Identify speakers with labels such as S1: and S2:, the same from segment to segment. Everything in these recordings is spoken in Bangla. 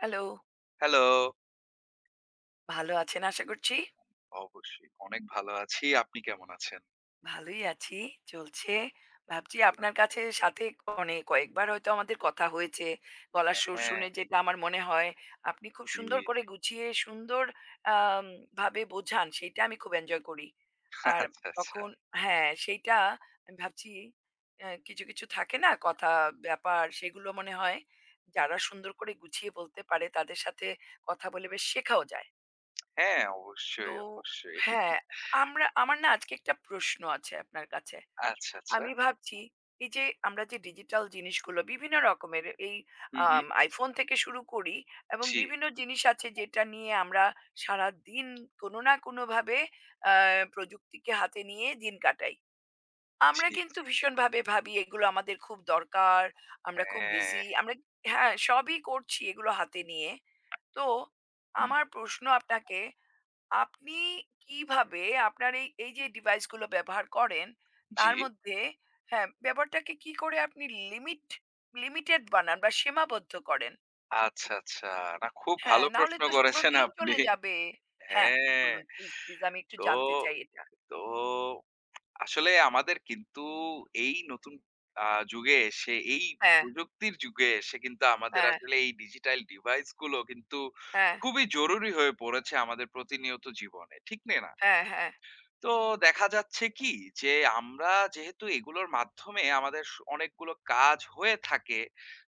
S1: Hello,
S2: hello.
S1: ভালো আছেন আশা করছি?
S2: অবশ্যই। অনেক ভালো আছি। আপনি কেমন আছেন?
S1: ভালোই আছি, চলছে। ভাবছি
S2: ভালো।
S1: আপনার কাছে সাথে মানে কয়েকবার হয়তো আমাদের কথা হয়েছে। গলার সুর
S2: হ্যাঁ,
S1: শুনে যেটা আমার মনে হয়, আপনি খুব
S2: জি,
S1: সুন্দর করে
S2: জি।
S1: গুছিয়ে সুন্দর আম ভাবে বোঝান, সেইটা আমি খুব এনজয় করি। আর
S2: আচ্ছা, আচ্ছা।
S1: তখন হ্যাঁ, সেইটা আমি ভাবছি কিছু, কিছু থাকে না কথা, ব্যাপার সেগুলো মনে হয় যারা সুন্দর করে গুছিয়ে বলতে পারে তাদের সাথে কথা বলে বেশ শেখাও যায়।
S2: হ্যাঁ,
S1: তো
S2: অবশ্যই, অবশ্যই।
S1: হ্যাঁ, আমরা আমার না আজকে একটা প্রশ্ন আছে আপনার কাছে।
S2: আচ্ছা, আচ্ছা।
S1: আমি ভাবছি এই যে আমরা যে ডিজিটাল জিনিসগুলো বিভিন্ন রকমের এই
S2: হুম, হুম।
S1: iPhone থেকে শুরু করি এবং
S2: জি,
S1: বিভিন্ন জিনিস আছে যেটা নিয়ে আমরা সারাদিন কোনো না কোনোভাবে আ প্রযুক্তিকে হাতে নিয়ে দিন কাটাই। আমরা
S2: জি।
S1: কিন্তু ভীষণভাবে ভাবি এগুলো আমাদের খুব দরকার, আমরা খুব বিজি,
S2: হ্যাঁ।
S1: আমরা হ্যাঁ, সবই করছি এগুলো হাতে নিয়ে। তো
S2: হুম,
S1: আমার প্রশ্ন আপনাকে আপনি কিভাবে আপনার এই যে ডিভাইসগুলো ব্যবহার করেন
S2: জি।
S1: তার মধ্যে হ্যাঁ, ব্যবহারটাকে কি করে আপনি লিমিট লিমিটেড বানান বা সীমাবদ্ধ করেন?
S2: আচ্ছা, আচ্ছা। না খুব
S1: হ্যাঁ,
S2: ভালো
S1: নাহলে
S2: প্রশ্ন
S1: তো পুরো
S2: করেছেন
S1: দিন
S2: আপনি।
S1: চলে যাবে। হ্যাঁ,
S2: হ্যাঁ।
S1: বলুন প্লিজ, প্লিজ আমি একটু
S2: তো
S1: জানতে চাই এটা।
S2: তো আসলে আমাদের কিন্তু এই নতুন আ যুগে এসে এই
S1: হ্যাঁ,
S2: প্রযুক্তির যুগে এসে কিন্তু আমাদের
S1: হ্যাঁ,
S2: আসলে এই ডিজিটাল ডিভাইস গুলো কিন্তু
S1: হ্যাঁ,
S2: খুবই জরুরি হয়ে পড়েছে আমাদের প্রতিনিয়ত জীবনে। ঠিক না?
S1: হ্যাঁ, হ্যাঁ,
S2: তো দেখা যাচ্ছে কি যে আমরা যেহেতু এগুলোর মাধ্যমে আমাদের অনেকগুলো কাজ হয়ে থাকে,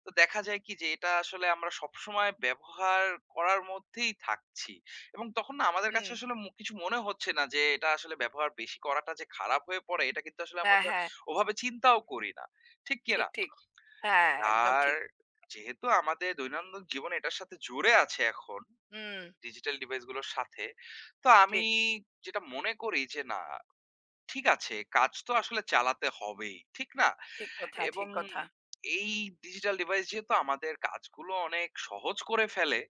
S2: তো দেখা যায় কি যে এটা আসলে আমরা সবসময় ব্যবহার করার মধ্যেই থাকছি, এবং তখন না আমাদের কাছে
S1: হুম,
S2: আসলে কিছু মনে হচ্ছে না যে এটা আসলে ব্যবহার বেশি করাটা যে খারাপ হয়ে পড়ে, এটা কিন্তু আসলে আমরা
S1: হ্যাঁ,
S2: তো
S1: হ্যাঁ,
S2: ওভাবে চিন্তাও করি না, ঠিক
S1: ঠিক,
S2: কিনা?
S1: ঠিক। হ্যাঁ, একদম
S2: আর
S1: ঠিক।
S2: যেহেতু আমাদের দৈনন্দিন জীবন এটার সাথে জুড়ে আছে এখন
S1: হুম,
S2: ডিজিটাল ডিভাইস গুলোর সাথে, তো আমি
S1: ঠিক,
S2: যেটা মনে করি যে না, ঠিক আছে, কাজ তো আসলে চালাতে হবেই। ঠিক না?
S1: ঠিক কথা,
S2: এবং
S1: ঠিক কথা।
S2: এই ডিজিটাল ডিভাইস যেহেতু আমাদের কাজগুলো অনেক সহজ করে ফেলে,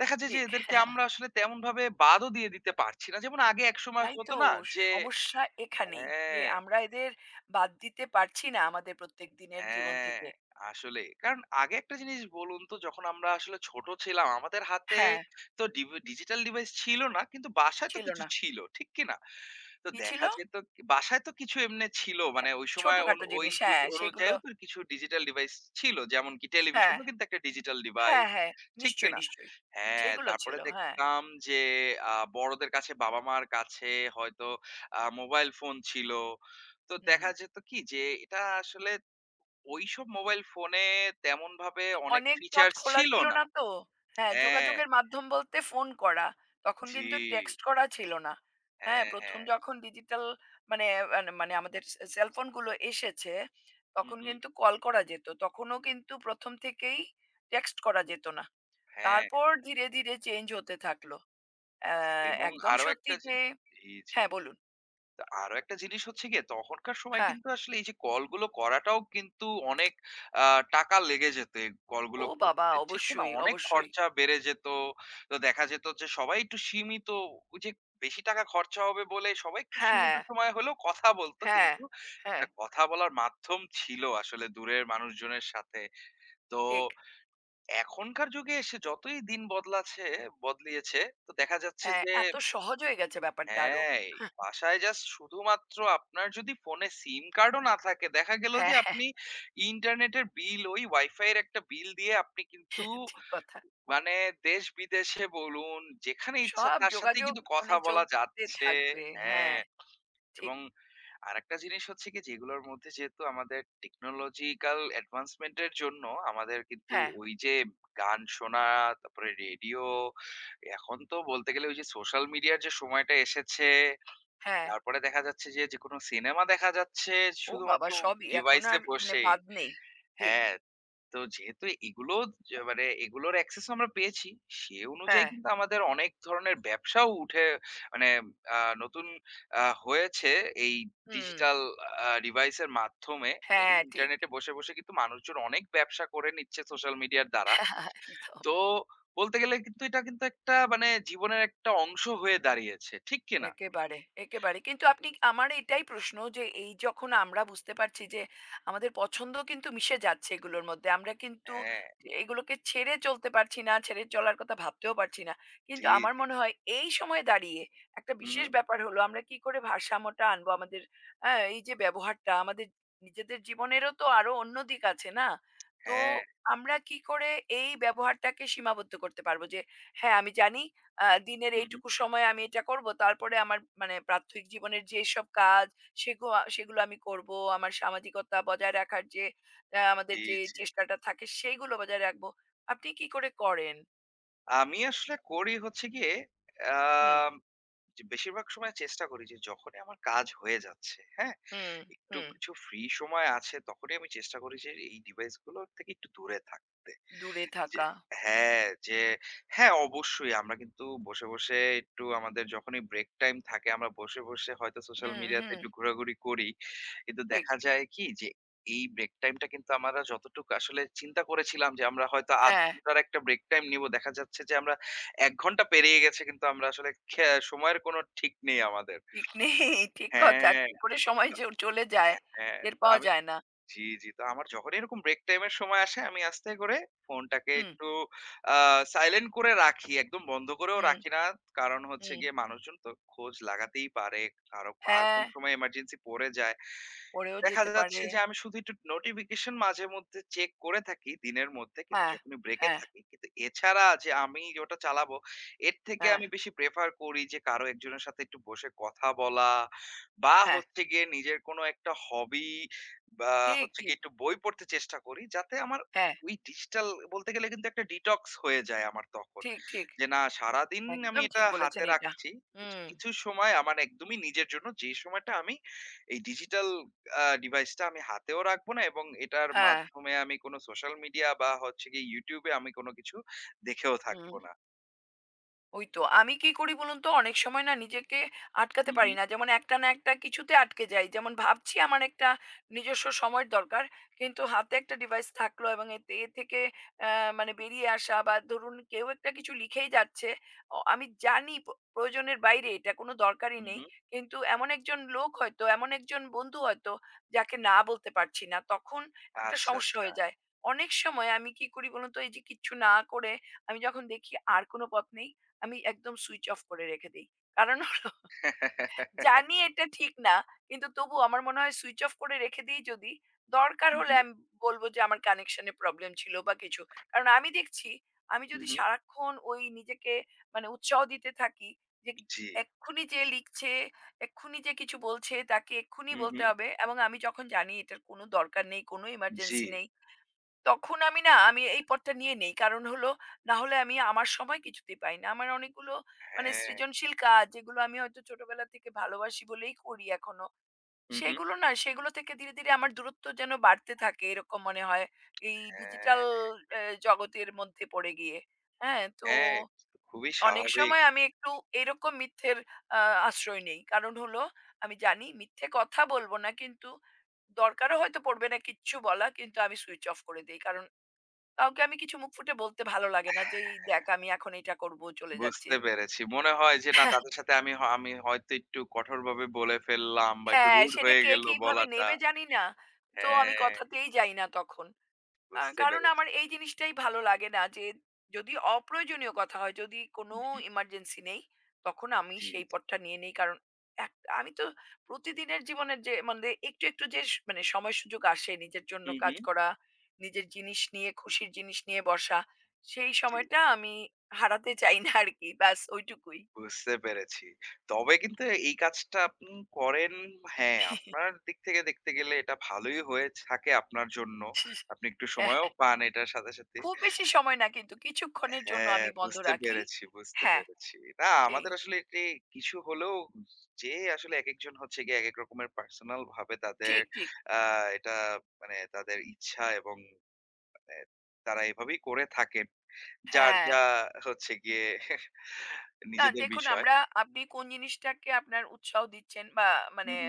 S2: দেখা যায় যে
S1: ঠিক।
S2: এদেরকে আমরা আসলে তেমনভাবে বাদও দিয়ে দিতে পারছি না। যেমন আগে একসময়
S1: তাই
S2: হতো
S1: তো
S2: না, যে
S1: সমস্যা এখানেই যে
S2: হ্যাঁ,
S1: আমরা এদের বাদ দিতে পারছি না আমাদের প্রত্যেক দিনের জীবন
S2: হ্যাঁ,
S1: থেকে।
S2: আসলেই। কারণ আগে একটা জিনিস বলুন তো যখন আমরা আসলে ছোট ছিলাম, আমাদের হাতে
S1: হ্যাঁ,
S2: তো ডিজিটাল ডিভাইস ছিল না, কিন্তু বাসায় তো
S1: ছিল
S2: কিছু
S1: না।
S2: ছিল। ঠিক কি না? তো
S1: কি ছিল?
S2: দেখা যেত কি বাসায় তো কিছু এমনে ছিল, মানে ওই সময়
S1: ছোটখাটো
S2: ওই
S1: জিনিস
S2: যুগ
S1: হ্যাঁ, সেগুলো
S2: অনুযায়ীও তো কিছু ডিজিটাল ডিভাইস ছিল। যেমন কি
S1: হ্যাঁ,
S2: টেলিভিশনও কিন্তু একটা ডিজিটাল ডিভাইস।
S1: হ্যাঁ, হ্যাঁ,
S2: ঠিক কি
S1: নিশ্চয়ই,
S2: না?
S1: নিশ্চয়ই।
S2: হ্যাঁ,
S1: সেগুলো
S2: তারপরে
S1: ছিল। হ্যাঁ।
S2: দেখতাম যে বড়দের কাছে বাবা-মার কাছে হয়তো মোবাইল ফোন ছিল। তো
S1: হু, হু।
S2: দেখা যেত কি যে এটা আসলে ওইসব মোবাইল ফোনে তেমনভাবে অনেক
S1: অনেক পথ
S2: ফিচার্স
S1: খোলা
S2: ছিল
S1: ছিল
S2: না।
S1: না তো। হ্যাঁ,
S2: হ্যাঁ,
S1: যোগাযোগের মাধ্যম বলতে ফোন করা। তখন
S2: জি।
S1: কিন্তু টেক্সট করা ছিল না। হ্যাঁ,
S2: হ্যাঁ,
S1: প্রথম
S2: হ্যাঁ।
S1: যখন ডিজিটাল মানে মানে মানে আমাদের সে সেলফোন গুলো এসেছে,
S2: হু,
S1: তখন
S2: হু।
S1: কিন্তু কল করা যেত। তখনও কিন্তু প্রথম থেকেই টেক্সট করা যেত না।
S2: হ্যাঁ,
S1: তারপর ধীরে, ধীরে চেঞ্জ হতে থাকলো। অ্যা
S2: এবং
S1: একদম
S2: আরো
S1: সত্যি
S2: একটা
S1: যে
S2: জিনিস। জি, জি।
S1: হ্যাঁ, বলুন।
S2: তা আরো একটা জিনিস হচ্ছে গিয়ে তখনকার সময়
S1: হ্যাঁ।
S2: কিন্তু আসলে এই যে কলগুলো করাটাও কিন্তু অনেক আ টাকা লেগে যেত এই কলগুলো
S1: ও বাবা!
S2: করতে। ঠিক না?
S1: অবশ্যই,
S2: অনেক
S1: অবশ্যই।
S2: খরচা বেড়ে যেত। তো দেখা যেত যে সবাই একটু সীমিত, ওই যে বেশি টাকা খরচা হবে বলে সবাই একটু
S1: হ্যাঁ,
S2: সীমিত সময় হলেও কথা বলত।
S1: হ্যাঁ,
S2: কিন্তু একটা
S1: হ্যাঁ,
S2: কথা বলার মাধ্যম ছিল আসলে দূরের মানুষজনের সাথে। তো
S1: ঠিক।
S2: এখনকার যুগে এসে যতই দিন বদলিয়েছে, তো দেখা যাচ্ছে
S1: হ্যাঁ,
S2: যে
S1: এত সহজ হয়ে গেছে ব্যাপারটা আরো।
S2: হ্যাঁ, এই বাসায় জাস্ট শুধুমাত্র আপনার যদি ফোনে সিম কার্ডও না থাকে, দেখা গেল যে
S1: হ্যাঁ, হ্যাঁ,
S2: আপনি ইন্টারনেটের বিল, ওই ওয়াইফাই এর একটা বিল দিয়ে আপনি কিন্তু
S1: হ্যাঁ, ঠিক কথা।
S2: মানে দেশ-বিদেশে বলুন, যেখানে ইচ্ছা
S1: সব
S2: তার সাথেই
S1: যোগাযোগ
S2: কিন্তু কথা
S1: মানে
S2: বলা
S1: চলতে
S2: যাচ্ছে।
S1: থাকবে। হ্যাঁ,
S2: হ্যাঁ,
S1: ঠিক।
S2: এবং আরেকটা জিনিস হচ্ছে কি, যেগুলোর মধ্যে যেহেতু আমাদের টেকনোলজিক্যাল অ্যাডভান্সমেন্ট এর জন্য আমাদের কিন্তু
S1: হ্যাঁ,
S2: ওই যে গান শোনা, তারপরে রেডিও, এখন তো বলতে গেলে ওই যে সোশ্যাল মিডিয়ার যে সময়টা এসেছে,
S1: হ্যাঁ।
S2: তারপরে দেখা যাচ্ছে যে, যেকোনো সিনেমা দেখা যাচ্ছে
S1: ও বাবা!
S2: শুধুমাত্র
S1: সবই এখন
S2: ডিভাইসে
S1: আর মানে
S2: বসেই।
S1: বাদ নেই। ঠিক।
S2: হ্যাঁ, তো যেহেতু এগুলো, যে মানে এগুলোর অ্যাক্সেস আমরা পেয়েছি, সে অনুযায়ী
S1: হ্যাঁ।
S2: কিন্তু আমাদের অনেক ধরনের ব্যবসাও উঠে, মানে নতুন হয়েছে এই
S1: হুম।
S2: ডিজিটাল ডিভাইসের মাধ্যমে। এই
S1: হ্যাঁ, ঠিক।
S2: ইন্টারনেটে বসে, বসে কিন্তু মানুষজন অনেক ব্যবসা করে নিচ্ছে সোশ্যাল মিডিয়ার দ্বারা।
S1: একদম।
S2: তো বলতে গেলে কিন্তু এটা কিন্তু একটা মানে জীবনের একটা অংশ হয়ে দাঁড়িয়েছে। ঠিক কি না?
S1: একেবারে, একেবারে। কিন্তু আপনি আমার এটাই প্রশ্ন যে এই যখন আমরা বুঝতে পারছি যে আমাদের পছন্দ কিন্তু মিশে যাচ্ছে এগুলোর মধ্যে। আমরা কিন্তু
S2: হ্যাঁ,
S1: এগুলোকে ছেড়ে চলতে পারছি না, ছেড়ে চলার কথা ভাবতেও পারছি না। কিন্তু
S2: জি,
S1: আমার
S2: জি।
S1: মনে হয় এই সময়ে দাঁড়িয়ে একটা
S2: হুম।
S1: বিশেষ ব্যাপার হলো আমরা কি করে ভারসাম্যটা আনবো আমাদের এই যে ব্যবহারটা আমাদের নিজেদের জীবনেরও তো আরো অন্য দিক আছে না? তো
S2: হ্যাঁ,
S1: আমরা কি করে এই ব্যবহারটাকে সীমাবদ্ধ করতে পারবো যে হ্যাঁ, আমি জানি দিনের
S2: হু, হু।
S1: এইটুকু সময় আমি এটা করব তারপরে আমার মানে প্রাত্যহিক জীবনের যেসব কাজ সেগুলো সেগুলো আমি করব আমার সামাজিকতা বজায় রাখার যে আমাদের
S2: জি,
S1: যে
S2: জি।
S1: চেষ্টাটা থাকে সেইগুলো বজায় রাখবো আপনি কি করে করেন
S2: আমি আসলে করি হচ্ছে গিয়ে
S1: হুম
S2: আম যে বেশিরভাগ সময় চেষ্টা করি যে যখনই আমার কাজ হয়ে যাচ্ছে, হ্যাঁ?
S1: হুম
S2: একটু
S1: হুম
S2: কিছু ফ্রি সময় আছে তখনই আমি চেষ্টা করি যে এই ডিভাইস গুলো থেকে একটু দূরে থাকতে।
S1: দূরে
S2: যে
S1: থাকা
S2: যে হ্যাঁ, অবশ্যই আমরা কিন্তু বসে, বসে একটু আমাদের যখনই ব্রেক টাইম থাকে আমরা বসে, বসে হয়তো সোশ্যাল
S1: হুম
S2: মিডিয়াতে
S1: হুম
S2: একটু ঘোরাঘুরি করি। কিন্তু
S1: ঠিক
S2: দেখা যায় কি যে এই ব্রেক টাইমটা কিন্তু আমরা যতটুকু আসলে চিন্তা করেছিলাম যে আমরা হয়তো ০.৫
S1: হ্যাঁ
S2: ঘন্টার একটা ব্রেক টাইম নিবো। দেখা যাচ্ছে যে আমরা ১ ঘন্টা পেরিয়ে গেছে কিন্তু আমরা আসলে সময়ের কোনো ঠিক নেই আমাদের।
S1: ঠিক নেই ঠিক
S2: হ্যাঁ,
S1: কথা কি করে সময়
S2: তো
S1: চলে যায়
S2: হ্যাঁ, হ্যাঁ,
S1: টের
S2: তো
S1: পাওয়া
S2: আমি
S1: যায় না
S2: জি, জি। তো আমার যখন এরকম ব্রেক টাইম এর সময় আসে আমি আস্তে করে ফোনটাকে
S1: হুম
S2: একটু আ সাইলেন্ট করে রাখি। একদম বন্ধ করেও
S1: হুম
S2: রাখি না। কারণ হচ্ছে
S1: হুম
S2: গিয়ে মানুষজন তো খোঁজ লাগাতেই পারে। কারো কার
S1: হ্যাঁ
S2: কোন সময় এমার্জেন্সি পড়ে যায়।
S1: পড়েও
S2: দেখা
S1: যেতে
S2: যাচ্ছে
S1: পারে
S2: যে আমি শুধু একটু নোটিফিকেশন মাঝে মধ্যে চেক করে থাকি দিনের মধ্যে, কিন্তু
S1: হ্যাঁ
S2: যখনই ব্রেকে
S1: হ্যাঁ
S2: থাকি কিন্তু এছাড়া যে আমি ওটা চালাবো, এর থেকে
S1: হ্যাঁ
S2: আমি বেশি প্রেফার করি যে কারো একজনের সাথে একটু বসে কথা বলা, বা
S1: হ্যাঁ
S2: হচ্ছে গিয়ে নিজের কোনো একটা হবি, বা
S1: ঠিক
S2: হচ্ছে গিয়ে
S1: ঠিক
S2: একটু বই পড়তে চেষ্টা করি, যাতে আমার
S1: হ্যাঁ
S2: ওই ডিজিটাল, বলতে গেলে কিন্তু একটা ডিটক্স হয়ে যায় আমার তখন।
S1: ঠিক, ঠিক।
S2: যে না সারাদিন আমি
S1: একদম
S2: এটা
S1: ঠিক
S2: হাতে
S1: বলেছেন এটা।
S2: রাখছি, কিছু
S1: হুম,
S2: কিছু সময় আমার একদমই নিজের জন্য, যে সময়টা আমি এই ডিজিটাল ডিভাইসটা আমি হাতেও রাখবো না এবং এটার
S1: হ্যাঁ,
S2: মাধ্যমে আমি কোনো সোশ্যাল মিডিয়া বা হচ্ছে গিয়ে YouTube এ আমি কোনো কিছু দেখেও থাকবো
S1: হুম।
S2: না।
S1: ওই তো। আমি কি করি বলুন তো? অনেক সময় না নিজেকে আটকাতে
S2: হুম,
S1: পারি
S2: হুম,
S1: না। যেমন একটা না একটা কিছুতে আটকে যাই। যেমন ভাবছি আমার একটা নিজস্ব সময়ের দরকার। কিন্তু হাতে একটা ডিভাইস থাকলো এবং এতে এ থেকে আ মানে বেরিয়ে আসা বা ধরুন কেউ একটা কিছু লিখেই যাচ্ছে। আমি জানি প্রয়োজনের বাইরে এটা কোনো দরকারই
S2: হুম,
S1: নেই।
S2: হুম।
S1: কিন্তু এমন একজন লোক হয়তো, এমন একজন বন্ধু হয়তো যাকে না বলতে পারছি না। তখন একটা
S2: আচ্ছা,
S1: সমস্যা
S2: আচ্ছা।
S1: হয়ে যায়। অনেক সময় আমি কি করি বলুন তো? এই যে কিচ্ছু না করে আমি যখন দেখি আর কোনো পথ নেই আমি একদম সুইচ অফ করে রেখে দেই। কারণ জানি এটা ঠিক না। কিন্তু তবুও আমার মনে হয় সুইচ অফ করে রেখে দিই যদি, দরকার
S2: হুম,
S1: হলে
S2: হুম,
S1: আমি বলব যে আমার কানেকশন এ প্রবলেম ছিল বা কিছু। কারণ আমি দেখছি আমি
S2: হুম,
S1: যদি
S2: হুম।
S1: সারাক্ষণ ওই নিজেকে মানে উৎসাহ দিতে থাকি যে
S2: জি।
S1: এক্ষুনি যে লিখছে, এক্ষুনি যে কিছু বলছে তাকে এক্ষুনি
S2: হুম,
S1: বলতে
S2: হুম।
S1: হবে এবং আমি যখন জানি এটার কোনো দরকার নেই, কোনো
S2: জি।
S1: এমার্জেন্সি নেই। তখন আমি না আমি এই পথটা নিয়ে নেই। কারণ হলো না হলে আমি আমার সময় কিছুতেই পাই না। আমার অনেকগুলো মানে
S2: হ্যাঁ।
S1: সৃজনশীল কাজ যেগুলো আমি হয়তো ছোটবেলা থেকে ভালোবাসি বলেই করি এখনো।
S2: হুম, হুম।
S1: সেগুলো না সেগুলো থেকে ধীরে, ধীরে আমার দূরত্ব যেন বাড়তে থাকে এরকম মনে হয়। এই ডিজিটাল
S2: হ্যাঁ,
S1: অ্যা জগতের মধ্যে পড়ে গিয়ে। হ্যাঁ? তো
S2: হ্যাঁ, খুবই
S1: অনেক
S2: স্বাভাবিক।
S1: সময় আমি একটু এরকম মিথ্যের আ আশ্রয় নেই। কারণ হলো আমি জানি মিথ্যে কথা বলব না কিন্তু দরকারও হয়তো পড়বে না কিচ্ছু বলা কিন্তু আমি সুইচ অফ করে দেই। কারণ কাউকে আমি কিছু মুখ ফুটে বলতে ভালো লাগে না যে, "এই দেখ আমি এখন এটা করব, চলে যাচ্ছি।"
S2: বুঝতে পেরেছি। মনে হয় যে না তাদের সাথে আমি আমি হয়তো একটু কঠোরভাবে বলে ফেললাম বা একটু
S1: হ্যাঁ,
S2: রুড
S1: সেটা
S2: হয়ে
S1: কে
S2: গেল
S1: কিভাবে
S2: বলাটা।
S1: নেবে জানি না। তো আমি
S2: হ্যাঁ,
S1: কথাতেই যাই না তখন।
S2: বুঝতে
S1: কারণ
S2: পেরেছি।
S1: আমার এই জিনিসটাই ভালো লাগে না যে যদি অপ্রয়োজনীয় কথা হয়, যদি কোনো
S2: হুম, হুম।
S1: এমার্জেন্সি নেই, তখন আমি
S2: জি,
S1: সেই
S2: জি।
S1: পথটা নিয়ে নেই। কারণ এক আমি তো প্রতিদিনের জীবনের যে মানে একটু, একটু যে মানে সময় সুযোগ আসে নিজের জন্য
S2: হুম,
S1: কাজ
S2: হুম।
S1: করা, নিজের জিনিস নিয়ে খুশির জিনিস নিয়ে বসা, সেই
S2: জি।
S1: সময়টা আমি হারাতে চাই না আরকি। ব্যাস ওইটুকুই।
S2: বুঝতে পেরেছি। তবে কিন্তু এই কাজটা আপনি করেন, হ্যাঁ, আপনার দিক থেকে দেখতে গেলে এটা ভালোই হয়ে থাকে আপনার জন্য। আপনি একটু
S1: হ্যাঁ,
S2: সময়ও পান এটার সাথে, সাথে।
S1: খুব বেশি সময় না কিন্তু কিছুক্ষণের জন্য
S2: হ্যাঁ,
S1: আমি বন্ধ
S2: বুঝতে
S1: রাখি।
S2: পেরেছি, বুঝতে
S1: হ্যাঁ,
S2: পেরেছি। না
S1: সেই।
S2: আমাদের আসলে এটি কিছু হলেও, যে আসলে একেকজন হচ্ছে গিয়ে একেক রকমের পার্সোনাল ভাবে তাদের
S1: ঠিক, ঠিক।
S2: আ এটা মানে তাদের ইচ্ছা এবং মানে তারা এভাবেই করে থাকেন। যার
S1: হ্যাঁ।
S2: যা হচ্ছে গিয়ে
S1: না
S2: নিজেদের
S1: দেখুন
S2: বিষয়।
S1: আমরা আপনি কোন জিনিসটাকে আপনার উৎসাহ দিচ্ছেন বা
S2: হু,
S1: মানে
S2: হু।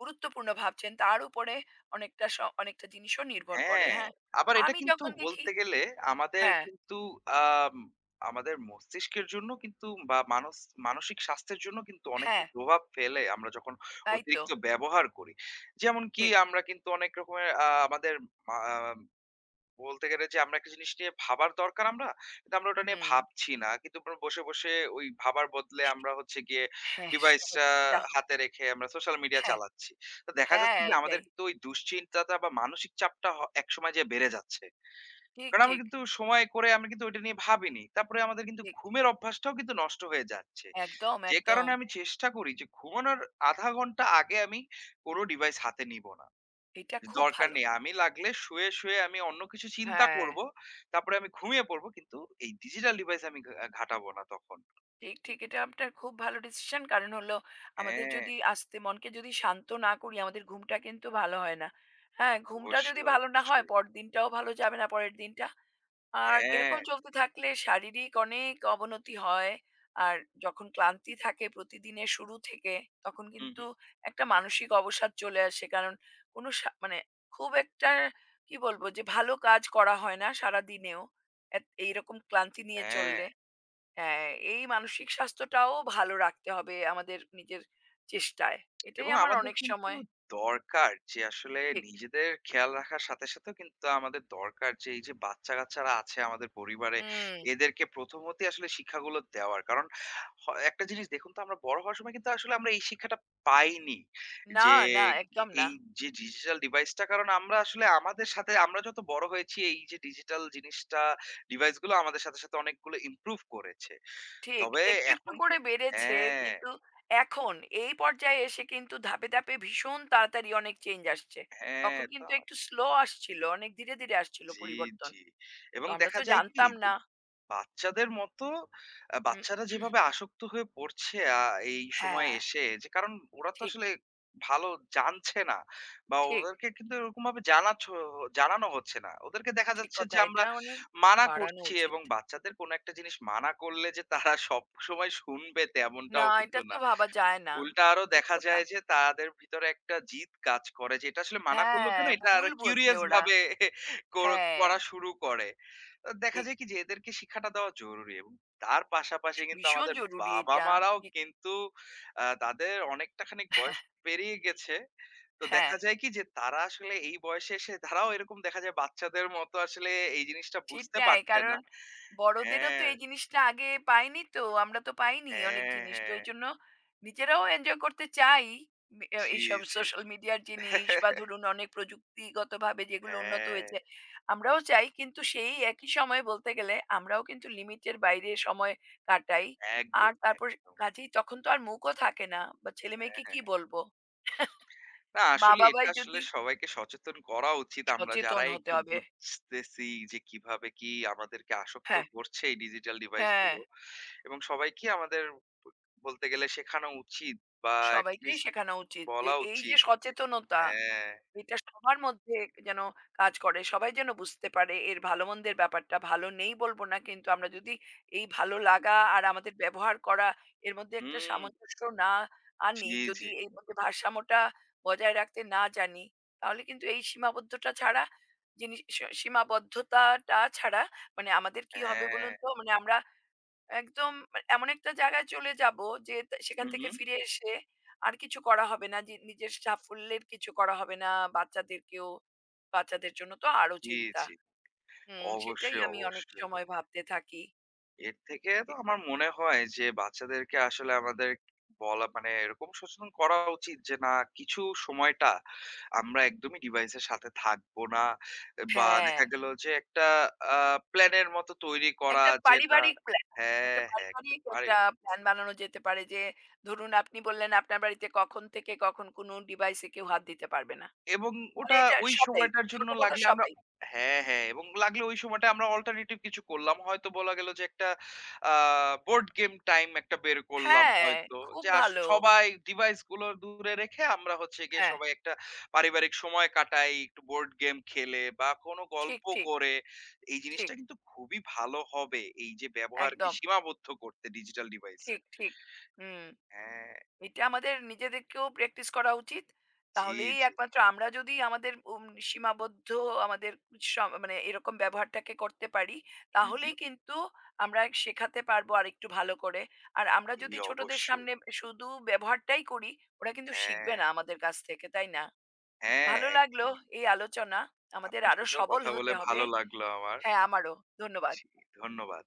S1: গুরুত্বপূর্ণ ভাবছেন তার উপরে অনেকটা অনেকটা জিনিসও নির্ভর করে
S2: হ্যাঁ,
S1: হ্যাঁ
S2: আবার এটা
S1: আমি
S2: কিন্তু
S1: যখন দেখি
S2: বলতে গেলে আমাদের
S1: হ্যাঁ
S2: কিন্তু আম আমাদের মস্তিষ্কের জন্য কিন্তু বা মানসিক স্বাস্থ্যের জন্য কিন্তু অনেকটা
S1: হ্যাঁ
S2: প্রভাব ফেলে আমরা যখন
S1: তাই তো
S2: অতিরিক্ত ব্যবহার করি। যেমন কি
S1: ঠিক
S2: আমরা কিন্তু অনেক রকমের আমাদের মা বলতে গেলে যে আমরা একটা জিনিস নিয়ে ভাবার দরকার আমরা, কিন্তু আমরা ওটা নিয়ে
S1: হুম
S2: ভাবছি না। কিন্তু আমরা বসে, বসে ওই ভাবার বদলে আমরা হচ্ছে গিয়ে
S1: হ্যাঁ সহজ
S2: ডিভাইসটা
S1: এটা হয়।
S2: হাতে রেখে আমরা সোশ্যাল মিডিয়া
S1: হ্যাঁ
S2: চালাচ্ছি। তো দেখা
S1: হ্যাঁ
S2: যাচ্ছে যে আমাদের
S1: এটাই
S2: কিন্তু ওই দুশ্চিন্তাটা বা মানসিক চাপটা একসময় যেয়ে বেড়ে যাচ্ছে।
S1: ঠিক
S2: কারণ আমরা
S1: ঠিক
S2: কিন্তু সময় করে আমরা কিন্তু ওইটা নিয়ে ভাবিনি। তারপরে আমাদের কিন্তু
S1: ঠিক
S2: ঘুমের অভ্যাসটাও কিন্তু নষ্ট হয়ে যাচ্ছে।
S1: একদম
S2: যে
S1: একদম
S2: কারণে আমি চেষ্টা করি যে ঘুমানোর ০.৫ ঘন্টা আগে আমি কোনো ডিভাইস হাতে নিব না।
S1: এটা খুব
S2: দরকার
S1: ভালো
S2: নেই। আমি লাগলে শুয়ে, শুয়ে আমি অন্য কিছু চিন্তা
S1: হ্যাঁ
S2: করব। তারপরে আমি ঘুমিয়ে পড়ব। কিন্তু এই ডিজিটাল ডিভাইস আমি ঘাঁটাবো না তখন।
S1: ঠিক, ঠিক। এটা আপনার খুব ভালো ডিসিশন। কারণ হলো আমাদের
S2: হ্যাঁ,
S1: যদি আস্তে মনকে যদি শান্ত না করি, আমাদের ঘুমটা কিন্তু ভালো হয় না। হ্যাঁ, ঘুমটা
S2: অবশ্যই,
S1: যদি ভালো না হয়,
S2: অবশ্যই।
S1: পরদিনটাও ভালো যাবে না, পরের দিনটা। আর
S2: হ্যাঁ,
S1: এরকম চলতে থাকলে শারীরিক অনেক অবনতি হয়। আর যখন ক্লান্তি থাকে প্রতিদিনের শুরু থেকে, তখন
S2: হু, হু।
S1: কিন্তু একটা মানসিক অবসাদ চলে আসে। কারণ কোনো মানে খুব একটা কি বলবো? যে ভালো কাজ করা হয় না সারাদিনেও। এত এইরকম ক্লান্তি নিয়ে
S2: হ্যাঁ।
S1: চললে। হ্যাঁ, এই মানসিক স্বাস্থ্যটাও ভালো রাখতে হবে আমাদের নিজের চেষ্টায়। এটাই
S2: এবং
S1: আমার
S2: আমাদের
S1: অনেক
S2: কিন্তু
S1: সময়
S2: দরকার যে আসলে
S1: ঠিক।
S2: নিজেদের খেয়াল রাখার সাথে সাথেও কিন্তু আমাদের দরকার, যে এই যে বাচ্চা-কাচ্চারা আছে আমাদের পরিবারে,
S1: হুম।
S2: এদেরকে প্রথমতই আসলে শিক্ষাগুলো দেওয়ার। কারণ হ একটা জিনিস দেখুন তো আমরা বড় হওয়ার সময় কিন্তু আসলে আমরা এই শিক্ষাটা পাইনি।
S1: না,
S2: যে
S1: না একদম না।
S2: এই যে ডিজিটাল ডিভাইসটা, কারণ আমরা আসলে আমাদের সাথে আমরা যত বড় হয়েছি এই যে ডিজিটাল জিনিসটা ডিভাইসগুলো আমাদের সাথে, সাথে অনেকগুলো ইমপ্রুভ করেছে।
S1: ঠিক।
S2: তবে
S1: একটু, একটু
S2: এখন
S1: করে বেড়েছে
S2: হ্যাঁ,
S1: কিন্তু এখন এই পর্যায়ে এসে কিন্তু ধাপে, ধাপে ভীষণ তাড়াতাড়ি অনেক চেঞ্জ আসছে।
S2: হ্যাঁ।
S1: তখন
S2: তো
S1: কিন্তু একটু স্লো আসছিল। অনেক ধীরে, ধীরে আসছিল
S2: জি,
S1: পরিবর্তন।
S2: জি।
S1: তো
S2: এবং
S1: আমরা
S2: দেখা
S1: তো
S2: যায় কি
S1: জানতাম
S2: যে
S1: না।
S2: বাচ্চাদের মতো
S1: হুম।
S2: বাচ্চারা যেভাবে আসক্ত হয়ে পড়ছে এই সময়
S1: হ্যাঁ,
S2: এসে, যে কারণ ওরা তো
S1: ঠিক,
S2: আসলে ভালো জানছে না, বা
S1: ঠিক,
S2: ওদেরকে কিন্তু এরকমভাবে জানানো হচ্ছে না। ওদেরকে দেখা
S1: ঠিক
S2: যাচ্ছে
S1: কথা।
S2: যে আমরা
S1: এটা অনেক
S2: মানা
S1: বাড়ানো
S2: করছি,
S1: উচিত।
S2: এবং বাচ্চাদের কোনো একটা জিনিস মানা করলে যে তারা সবসময় শুনবে
S1: না,
S2: তেমনটাও কিন্তু
S1: এটা তো
S2: না।
S1: ভাবা যায় না।
S2: উল্টা আরো
S1: ঠিক
S2: দেখা
S1: কথা।
S2: যায় যে তাদের ভিতরে একটা জিদ কাজ করে যে এটা আসলে মানা করলো
S1: হ্যাঁ,
S2: কেন? এটা আরো
S1: ভুল বোঝে
S2: কিউরিয়াস
S1: ওরা।
S2: ভাবে কর
S1: হ্যাঁ,
S2: করা শুরু করে। তো দেখা
S1: এক
S2: যায় কি যে এদেরকে শিক্ষাটা দেওয়া জরুরি, এবং তার পাশাপাশি কিন্তু
S1: ভীষণ
S2: আমাদের
S1: জরুরি এটা।
S2: বাবা-মারাও
S1: ঠিক
S2: কিন্তু তাদের অনেকটা খানিক বয়স পেরিয়ে গেছে। তো
S1: হ্যাঁ,
S2: দেখা যায় কি যে তারা আসলে এই বয়সে এসে তারাও এরকম দেখা যায় বাচ্চাদের মতো আসলে এই জিনিসটা বুঝতে
S1: সেটাই।
S2: পারছে না।
S1: কারণ বড়দেরও তো
S2: হ্যাঁ,
S1: এই জিনিসটা আগে পায়নি তো। আমরা তো পাইনি অনেক
S2: হ্যাঁ,
S1: জিনিস। তো
S2: হ্যাঁ।
S1: এইজন্য নিজেরাও এনজয় করতে চাই। মি এ
S2: জি,
S1: এইসব
S2: জি।
S1: সোশ্যাল মিডিয়ার জিনিস বা ধরুন অনেক প্রযুক্তিগতভাবে যেগুলো উন্নত হয়েছে,
S2: হ্যাঁ।
S1: আমরাও চাই। কিন্তু সেই একই সময়ে বলতে গেলে আমরাও কিন্তু লিমিটের বাইরে সময় কাটাই। আর
S2: একদম,
S1: তারপর
S2: একদমই।
S1: কাজেই তখন তো আর মুখও থাকে না বা
S2: হ্যাঁ,
S1: ছেলেমেয়েকে
S2: হ্যাঁ,
S1: কি
S2: হ্যাঁ।
S1: বলব?
S2: না আসলে এটা
S1: মা-বাবাই
S2: আসলে
S1: যদি
S2: সবাইকে সচেতন করা উচিত। আমরা
S1: সচেতন
S2: যারাই
S1: হতে
S2: একটু
S1: হবে।
S2: বুঝতেছি যে কিভাবে কি আমাদেরকে আসক্ত
S1: হ্যাঁ,
S2: করছে এই ডিজিটাল ডিভাইস
S1: হ্যাঁ,
S2: গুলো, এবং সবাইকে আমাদের ব বলতে গেলে শেখানো উচিত, বা এট
S1: সবাইকেই
S2: লিস্ট
S1: শেখানো উচিত যে
S2: বলা
S1: এই যে
S2: উচিত যে
S1: সচেতনতা,
S2: হ্যাঁ,
S1: এটা সবার মধ্যে যেন কাজ করে। সবাই যেন বুঝতে পারে এর ভালো-মন্দের ব্যাপারটা। ভালো নেই বলব না, কিন্তু আমরা যদি এই ভালো লাগা আর আমাদের ব্যবহার করা এর মধ্যে একটা
S2: হুম,
S1: সামঞ্জস্য না আনি,
S2: জি, জি।
S1: যদি এর মধ্যে ভারসাম্যটা বজায় রাখতে না জানি, তাহলে কিন্তু এই সীমাবদ্ধতা ছাড়া জিনিস সীমাবদ্ধতাটা ছাড়া মানে আমাদের কি হবে
S2: হ্যাঁ,
S1: বলুন তো? মানে আমরা একদম মানে এমন একটা জায়গায় চলে যাব যে সেখান
S2: হু, হু,
S1: থেকে ফিরে এসে আর কিছু করা হবে না যে নিজের সাফল্যের কিছু করা হবে না বাচ্চাদেরকেও বাচ্চাদের জন্য তো আরো
S2: জি,
S1: চিন্তা
S2: জি।
S1: হুম সেটাই
S2: অবশ্যই,
S1: আমি অনেক
S2: অবশ্যই।
S1: সময় ভাবতে থাকি
S2: এর থেকে তো
S1: ঠিক
S2: আমার
S1: কথা।
S2: মনে হয় যে বাচ্চাদেরকে আসলে আমাদের বলা মানে এরকম সচেতন করা উচিত যে না, কিছু সময়টা আমরা একদমই ডিভাইসের সাথে থাকবো না, বা
S1: হ্যাঁ
S2: দেখা গেল যে একটা প্ল্যানের মতো তৈরি করা,
S1: একটা
S2: যেটা
S1: পারিবারিক প্ল্যান
S2: হ্যাঁ,
S1: একটা
S2: হ্যাঁ, একটু
S1: পারিবারিক
S2: পারি
S1: একটা প্ল্যান বানানো যেতে পারে যে ধরুন আপনি বললেন আপনার বাড়িতে কখন থেকে কখন কোনো ডিভাইসে কেউ হাত দিতে পারবে না
S2: এবং
S1: মানে
S2: ওটা
S1: এটা
S2: ওই
S1: সবাই
S2: সময়টার জন্য
S1: ছোট বড়
S2: লাগলে আমরা
S1: সবাই
S2: হ্যাঁ, হ্যাঁ, এবং লাগলে ওই সময়টা আমরা অল্টারনেটিভ কিছু করলাম। হয়তো বলা গেল যে একটা আ বোর্ড গেম টাইম একটা বের করলাম
S1: হ্যাঁ
S2: হয়তো।
S1: খুব
S2: যে আসু
S1: ভালো
S2: সবাই ডিভাইস গুলো দূরে রেখে আমরা হচ্ছে গিয়ে
S1: হ্যাঁ
S2: সবাই একটা পারিবারিক সময় কাটাই, একটু বোর্ড গেম খেলে বা কোনো
S1: ঠিক
S2: গল্প
S1: ঠিক
S2: করে। এই জিনিসটা
S1: ঠিক
S2: কিন্তু খুবই ভালো হবে। এই যে ব্যবহারকে
S1: একদম।
S2: সীমাবদ্ধ করতে ডিজিটাল ডিভাইসের।
S1: ঠিক, ঠিক। হুম।
S2: হ্যাঁ,
S1: এটা আমাদের নিজেদেরকেও প্র্যাকটিস করা উচিত।
S2: জি,
S1: তাহলেই
S2: জি।
S1: একমাত্র আমরা যদি আমাদের সীমাবদ্ধ আমাদের স মানে এরকম ব্যবহারটাকে করতে পারি,
S2: হু, হু।
S1: তাহলেই কিন্তু আমরা শেখাতে পারবো আরেকটু ভালো করে। আর আমরা
S2: জি,
S1: যদি ছোটদের
S2: অবশ্যই।
S1: সামনে শুধু ব্যবহারটাই করি, ওরা কিন্তু
S2: হ্যাঁ,
S1: শিখবে না আমাদের কাছ থেকে, তাই না?
S2: হ্যাঁ,
S1: ভালো লাগলো
S2: একদমই।
S1: এই আলোচনা। আমাদের
S2: আপনার
S1: আরো
S2: সাথেও
S1: সবল
S2: কথা বলে
S1: হতে হবে।
S2: ভালো লাগলো আমার।
S1: হ্যাঁ, আমারও। ধন্যবাদ।
S2: জি, ধন্যবাদ।